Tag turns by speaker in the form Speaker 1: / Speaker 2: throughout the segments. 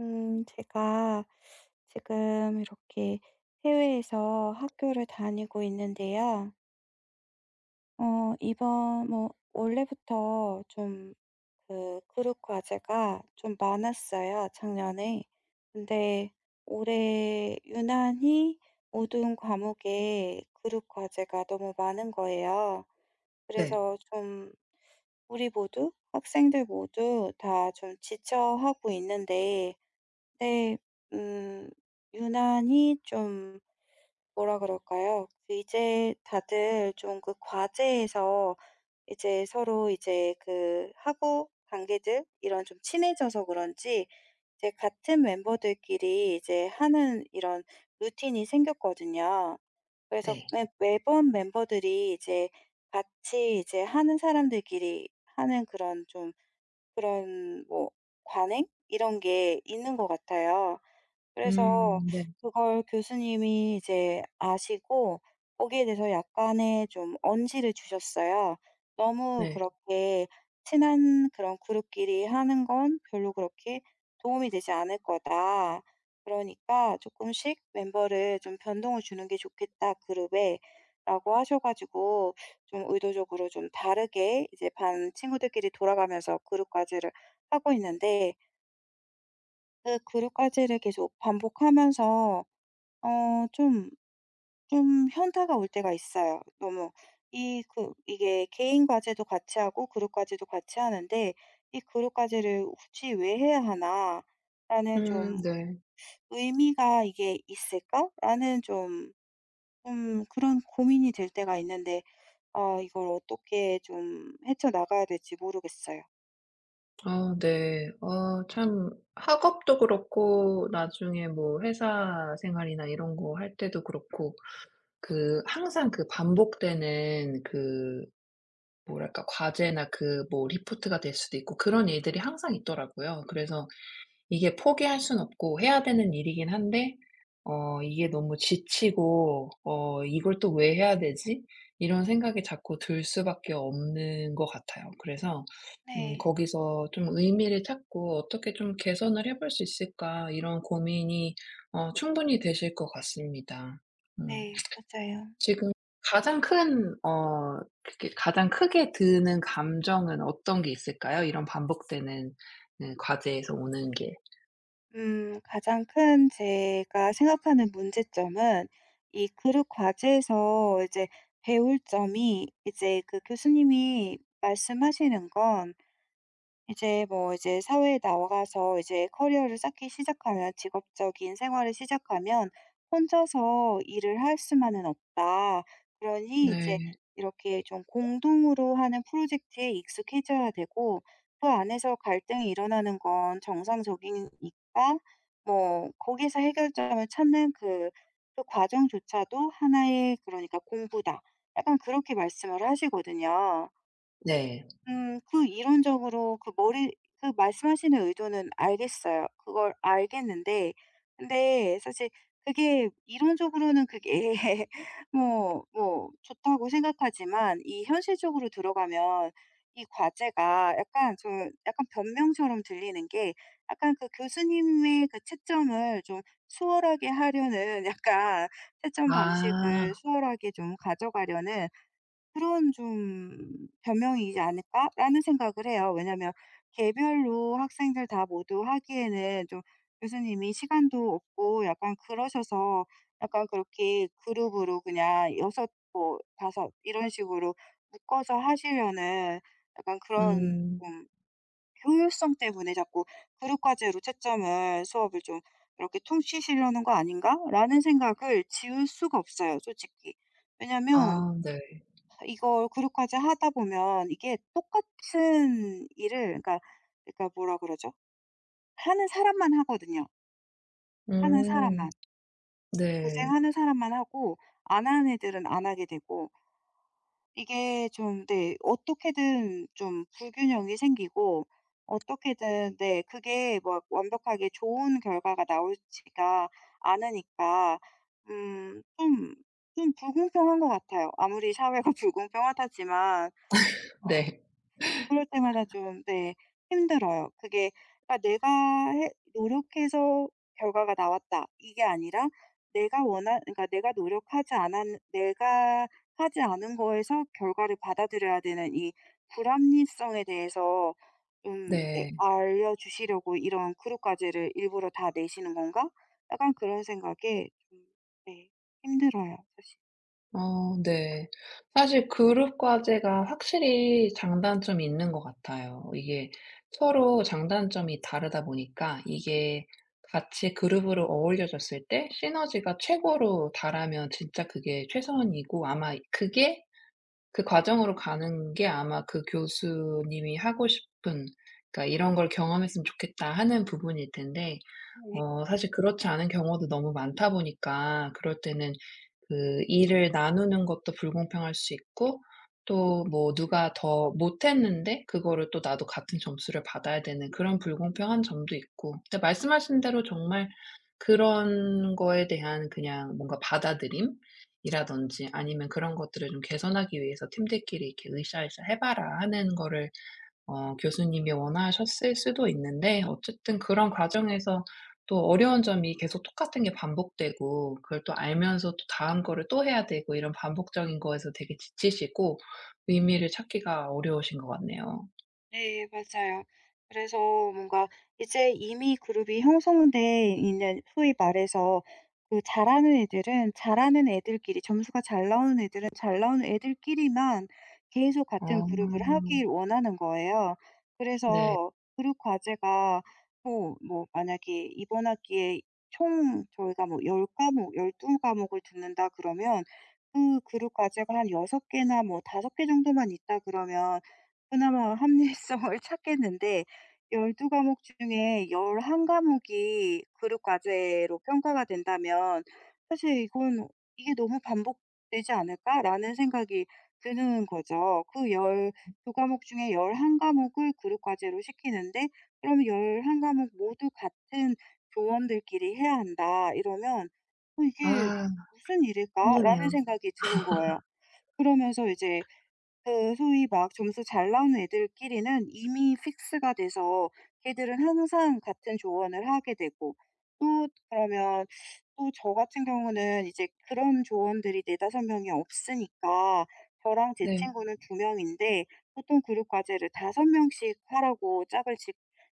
Speaker 1: 제가 지금 이렇게 해외에서 학교를 다니고 있는데요. 이번, 뭐, 원래부터 좀 그 그룹 과제가 좀 많았어요, 작년에. 근데 올해 유난히 모든 과목에 그룹 과제가 너무 많은 거예요.
Speaker 2: 네.
Speaker 1: 그래서 좀 우리 모두, 학생들 모두 다 좀 지쳐하고 있는데, 네. 음 유난히 좀 뭐라 그럴까요? 그 이제 다들 좀 그 과제에서 이제 서로 이제 그 하고 관계들 이런 좀 친해져서 그런지 이제 같은 멤버들끼리 이제 하는 이런 루틴이 생겼거든요. 그래서
Speaker 2: 네.
Speaker 1: 매 매번 멤버들이 이제 같이 이제 하는 사람들끼리 하는 그런 좀 그런 뭐 관행 이런 게 있는 것 같아요. 그래서
Speaker 2: 네.
Speaker 1: 그걸 교수님이 이제 아시고 거기에 대해서 약간의 좀 언지를 주셨어요. 너무
Speaker 2: 네.
Speaker 1: 그렇게 친한 그런 그룹끼리 하는 건 별로 그렇게 도움이 되지 않을 거다. 그러니까 "조금씩 멤버를 좀 변동을 주는 게 좋겠다, 그룹에."라고 하셔 가지고 좀 의도적으로 좀 다르게 이제 반 친구들끼리 돌아가면서 그룹 과제를 하고 있는데 그 그룹 과제를 계속 반복하면서 좀 좀 현타가 올 때가 있어요. 너무 이 그 이게 개인 과제도 같이 하고 그룹 과제도 같이 하는데 '이 그룹 과제를 굳이 왜 해야 하나.'라는 좀
Speaker 2: 네.
Speaker 1: '의미가 이게 있을까?'라는 좀 좀 그런 고민이 될 때가 있는데 아 이걸 어떻게 좀 헤쳐나가야 될지 모르겠어요.
Speaker 2: 아 네. 아 참 학업도 그렇고 나중에 뭐 회사 생활이나 이런 거 할 때도 그렇고 그 항상 그 반복되는 그 뭐랄까 과제나 그 뭐 리포트가 될 수도 있고 그런 일들이 항상 있더라고요. 그래서 이게 포기할 순 없고 해야 되는 일이긴 한데 이게 너무 지치고 '이걸 또 왜 해야 되지?' 이런 생각이 자꾸 들 수밖에 없는 것 같아요. 그래서
Speaker 1: 네.
Speaker 2: 거기서 좀 의미를 찾고 '어떻게 좀 개선을 해볼 수 있을까?' 이런 고민이 충분히 되실 것 같습니다. 음
Speaker 1: 네, 맞아요.
Speaker 2: 지금 가장 큰 그게 가장 크게 드는 감정은 어떤 게 있을까요? 이런 반복되는 네 과제에서 오는 게.
Speaker 1: 가장 큰 제가 생각하는 문제점은 이 그룹 과제에서 이제 배울 점이 이제 그 교수님이 말씀하시는 건 이제 뭐 이제 사회에 나가서 이제 커리어를 쌓기 시작하면 직업적인 생활을 시작하면 혼자서 일을 할 수만은 없다. 그러니 이제
Speaker 2: 네.
Speaker 1: 이렇게 좀 공동으로 하는 프로젝트에 익숙해져야 되고 그 안에서 갈등이 일어나는 건 정상적이니까 뭐 거기서 해결점을 찾는 그, 그 과정조차도 하나의 그러니까 공부다. 약간 그렇게 말씀을 하시거든요.
Speaker 2: 네.
Speaker 1: 그 이론적으로 그 머리 그 말씀하시는 의도는 알겠어요. 그걸 알겠는데 근데 사실 그게 이론적으로는 그게 뭐 좋다고 생각하지만 이 현실적으로 들어가면 이 과제가 약간 좀 약간 변명처럼 들리는 게 약간 그 교수님의 그 채점을 좀 수월하게 하려는 약간 채점
Speaker 2: 아.
Speaker 1: 방식을 수월하게 좀 가져가려는 그런 좀 변명이지 않을까라는 생각을 해요. 왜냐하면 개별로 학생들 다 모두 하기에는 좀 교수님이 시간도 없고 약간 그러셔서 약간 그렇게 그룹으로 그냥 여섯, 뭐섯 이런 식으로 묶어서 하시려는 약간 그런
Speaker 2: 음.
Speaker 1: 좀 효율성 때문에 자꾸 '그룹 과제로 채점을 수업을 좀 이렇게 퉁치시려는 거 아닌가?'라는 생각을 지울 수가 없어요 솔직히. 왜냐하면
Speaker 2: 아 네.
Speaker 1: 이걸 그룹까지 하다 보면 이게 똑같은 일을 그러니까 뭐라 그러죠? 하는 사람만 하거든요. 하는
Speaker 2: 음.
Speaker 1: 사람만.
Speaker 2: 네.
Speaker 1: 고생하는 사람만 하고 안 하는 애들은 안 하게 되고 이게 좀 네. 어떻게든 좀 불균형이 생기고 어떻게든 네. 그게 막 완벽하게 좋은 결과가 나오지가 않으니까 좀 좀 불공평한 것 같아요. 아무리 사회가 불공평하다지만
Speaker 2: 네.
Speaker 1: 그럴 때마다 좀 네 힘들어요. 그게 아 내가 해 노력해서 결과가 나왔다 이게 아니라 내가 원한 그러니까 내가 노력하지 않았 내가 하지 않은 거에서 결과를 받아들여야 되는 이 불합리성에 대해서 좀 예
Speaker 2: 네.
Speaker 1: 알려주시려고 이런 그룹까지를 일부러 다 내시는 건가? 약간 그런 생각에 좀 네 힘들어요 사실.
Speaker 2: 어 네. 사실 그룹 과제가 확실히 장단점이 있는 것 같아요. 이게 서로 장단점이 다르다 보니까 이게 같이 그룹으로 어울려졌을 때 시너지가 최고로 달하면 진짜 그게 최선이고 아마 그게 그 과정으로 가는 게 아마 그 교수님이 하고 싶은 그러니까 '이런 걸 경험했으면 좋겠다.' 하는 부분일 텐데
Speaker 1: 네.
Speaker 2: 사실 그렇지 않은 경우도 너무 많다 보니까 그럴 때는 그 일을 나누는 것도 불공평할 수 있고 또 뭐 누가 더 못했는데 그거를 또 나도 같은 점수를 받아야 되는 그런 불공평한 점도 있고 근데 말씀하신 대로 정말 그런 거에 대한 그냥 뭔가 받아들임이라든지 아니면 그런 것들을 좀 개선하기 위해서 팀들끼리 이렇게 "으쌰으쌰 해 봐라." 하는 거를 교수님이 원하셨을 수도 있는데 어쨌든 그런 과정에서 또 어려운 점이 계속 똑같은 게 반복되고 그걸 또 알면서 또 다음 거를 또 해야 되고 이런 반복적인 거에서 되게 지치시고 의미를 찾기가 어려우신 것 같네요.
Speaker 1: 네, 맞아요. 그래서 뭔가 이제 이미 그룹이 형성돼 있는 소위 말해서 그 잘하는 애들은 잘하는 애들끼리 점수가 잘 나오는 애들은 잘 나오는 애들끼리만 계속 같은 그룹을
Speaker 2: 어
Speaker 1: 하길 원하는 거예요.
Speaker 2: 네.
Speaker 1: 그래서 그룹 과제가 뭐, 뭐 만약에 이번 학기에 총 저희가 뭐 10과목, 12과목을 듣는다 그러면 그 그룹 과제가 한 6개나 뭐 5개 정도만 있다 그러면 그나마 합리성을 찾겠는데 12 과목 중에 11 과목이 그룹 과제로 평가가 된다면 사실 이건 '이게 너무 반복되지 않을까?'라는 생각이 드는 거죠. 그 12 과목 중에 11 과목을 그룹 과제로 시키는데 그럼 "11 과목 모두 같은 조원들끼리 해야 한다." 이러면 '어 이게
Speaker 2: 아
Speaker 1: 무슨 일일까?'라는
Speaker 2: 힘드네요.
Speaker 1: 생각이 드는 거예요. 그러면서 이제 그 소위 막 점수 잘 나오는 애들끼리는 이미 픽스가 돼서 걔들은 항상 같은 조언을 하게 되고 또 그러면 또 저 같은 경우는 이제 그런 조언들이 네다섯 명이 없으니까 저랑 제
Speaker 2: 네.
Speaker 1: 친구는 2명인데 보통 그룹 과제를 5명씩 하라고 짝을 지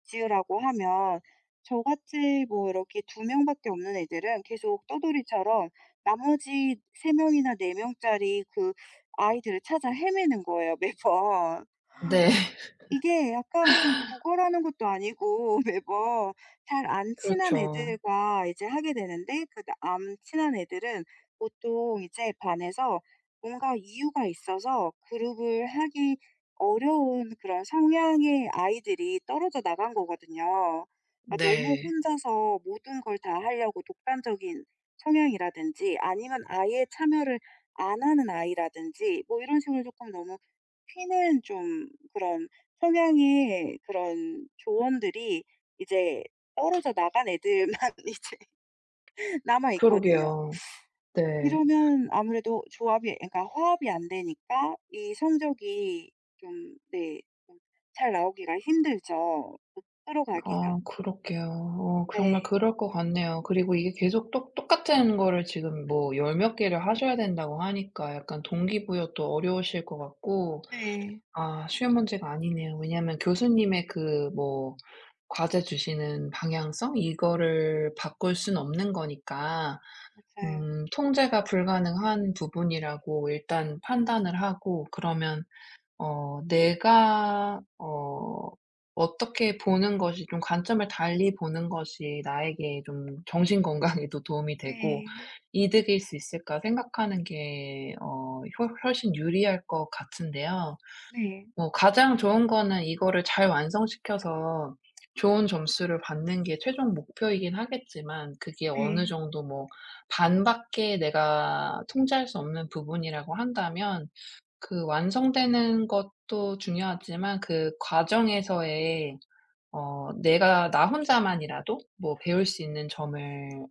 Speaker 1: 지으라고 하면 저같이 뭐 이렇게 2명밖에 없는 애들은 계속 떠돌이처럼 나머지 3명이나 4명짜리 그 아이들을 찾아 헤매는 거예요 매번.
Speaker 2: 네.
Speaker 1: 이게 약간 좀 국어라는 것도 아니고 매번 잘 안 친한
Speaker 2: 그렇죠.
Speaker 1: 애들과 이제 하게 되는데 그 안 친한 애들은 보통 이제 반에서 뭔가 이유가 있어서 그룹을 하기 어려운 그런 성향의 아이들이 떨어져 나간 거거든요. 그러니까 너무
Speaker 2: 네.
Speaker 1: 혼자서 모든 걸 다 하려고 독단적인 성향이라든지 아니면 아예 참여를 안 하는 아이라든지 뭐 이런 식으로 조금 너무 피는 좀 그런 성향의 그런 조언들이 이제 떨어져 나간 애들만 이제 남아 있거든요.
Speaker 2: 그러게요. 네.
Speaker 1: 이러면 아무래도 조합이 그러니까 화합이 안 되니까 이 성적이 좀 네 좀잘 나오기가 힘들죠. 이끌어 가기가.
Speaker 2: 아 그렇게요. 정말
Speaker 1: 네.
Speaker 2: 그럴 것 같네요. 그리고 이게 계속 똑 똑같은 거를 지금 뭐 열몇 개를 하셔야 된다고 하니까 약간 동기부여도 어려우실 것 같고
Speaker 1: 네,
Speaker 2: 아 쉬운 문제가 아니네요. 왜냐하면 교수님의 그 뭐 과제 주시는 방향성 이거를 바꿀 순 없는 거니까
Speaker 1: 맞아요.
Speaker 2: 통제가 불가능한 부분이라고 일단 판단을 하고 그러면 내가 어떻게 보는 것이 좀 관점을 달리 보는 것이 나에게 좀 정신 건강에도 도움이 되고
Speaker 1: 네.
Speaker 2: '이득일 수 있을까.' 생각하는 게 훨 훨씬 유리할 것 같은데요.
Speaker 1: 네.
Speaker 2: 뭐 가장 좋은 거는 이거를 잘 완성시켜서 좋은 점수를 받는 게 최종 목표이긴 하겠지만 그게 어느
Speaker 1: 네.
Speaker 2: 정도 뭐 반밖에 내가 통제할 수 없는 부분이라고 한다면 그 완성되는 것도 중요하지만 그 과정에서의 내가 나 혼자만이라도 뭐 배울 수 있는 점을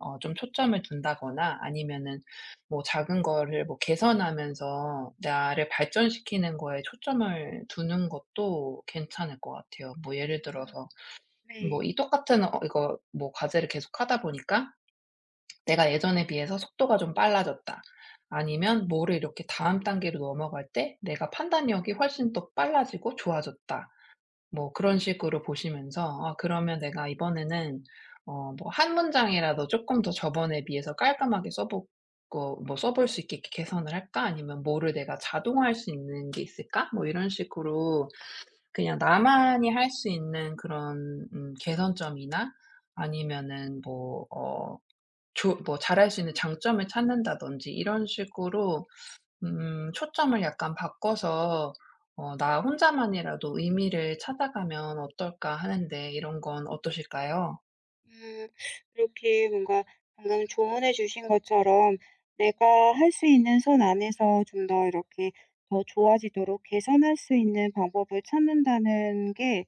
Speaker 2: 좀 초점을 둔다거나 아니면은 뭐 작은 거를 뭐 개선하면서 나를 발전시키는 거에 초점을 두는 것도 괜찮을 것 같아요. 뭐 예를
Speaker 1: 음.
Speaker 2: 들어서
Speaker 1: 네.
Speaker 2: 뭐 이 똑같은 이거 뭐 과제를 계속하다 보니까 '내가 예전에 비해서 속도가 좀 빨라졌다.' 아니면 '뭐를 이렇게 다음 단계로 넘어갈 때 내가 판단력이 훨씬 더 빨라지고 좋아졌다.' 뭐 그런 식으로 보시면서 '아 그러면 내가 이번에는 뭐 한 문장이라도 조금 더 저번에 비해서 깔끔하게 써 보고 뭐 써볼 수 있게 개선을 할까? 아니면 뭐를 내가 자동화할 수 있는 게 있을까?' 뭐 이런 식으로 그냥 나만이 할 수 있는 그런 개선점이나 아니면은 뭐어 조 뭐 잘할 수 있는 장점을 찾는다든지 이런 식으로 초점을 약간 바꿔서 '나 혼자만이라도 의미를 찾아가면 어떨까.' 하는데 이런 건 어떠실까요?
Speaker 1: 음, 이렇게 뭔가 방금 조언해 주신 것처럼 내가 할 수 있는 선 안에서 좀 더 이렇게 더 좋아지도록 개선할 수 있는 방법을 찾는다는 게,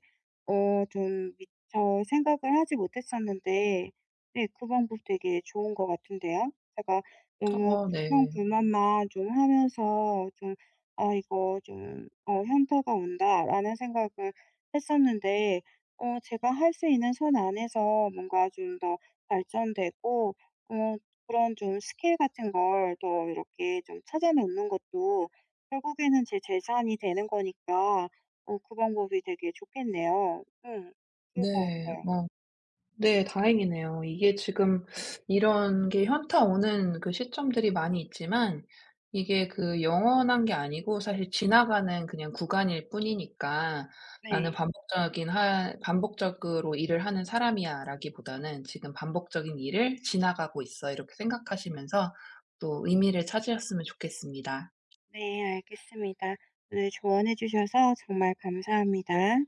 Speaker 1: 어, 좀 미처 생각을 하지 못했었는데, 네, 그 방법 되게 좋은 것 같은데요. 제가 너무
Speaker 2: 어 네.
Speaker 1: 불평불만만 좀 하면서 좀, 아, 이거 좀, 현타가 온다라는 생각을 했었는데, 제가 할 수 있는 선 안에서 뭔가 좀 더 발전되고 어 그런 좀 스킬 같은 걸 더 이렇게 좀 찾아 놓는 것도 결국에는 제 재산이 되는 거니까 그 방법이 되게 좋겠네요. 응. 그럴 것
Speaker 2: 네.
Speaker 1: 같아요.
Speaker 2: 어. 네 다행이네요. 이게 지금 이런 게 현타 오는 그 시점들이 많이 있지만 이게 그 영원한 게 아니고 사실 지나가는 그냥 구간일 뿐이니까 '나는
Speaker 1: 네.
Speaker 2: 반복적인 하 반복적으로 일을 하는 사람이야.'라기보다는 '지금 반복적인 일을 지나가고 있어.' 이렇게 생각하시면서 또 의미를 찾으셨으면 좋겠습니다.
Speaker 1: 네, 알겠습니다. 오늘 조언해 주셔서 정말 감사합니다.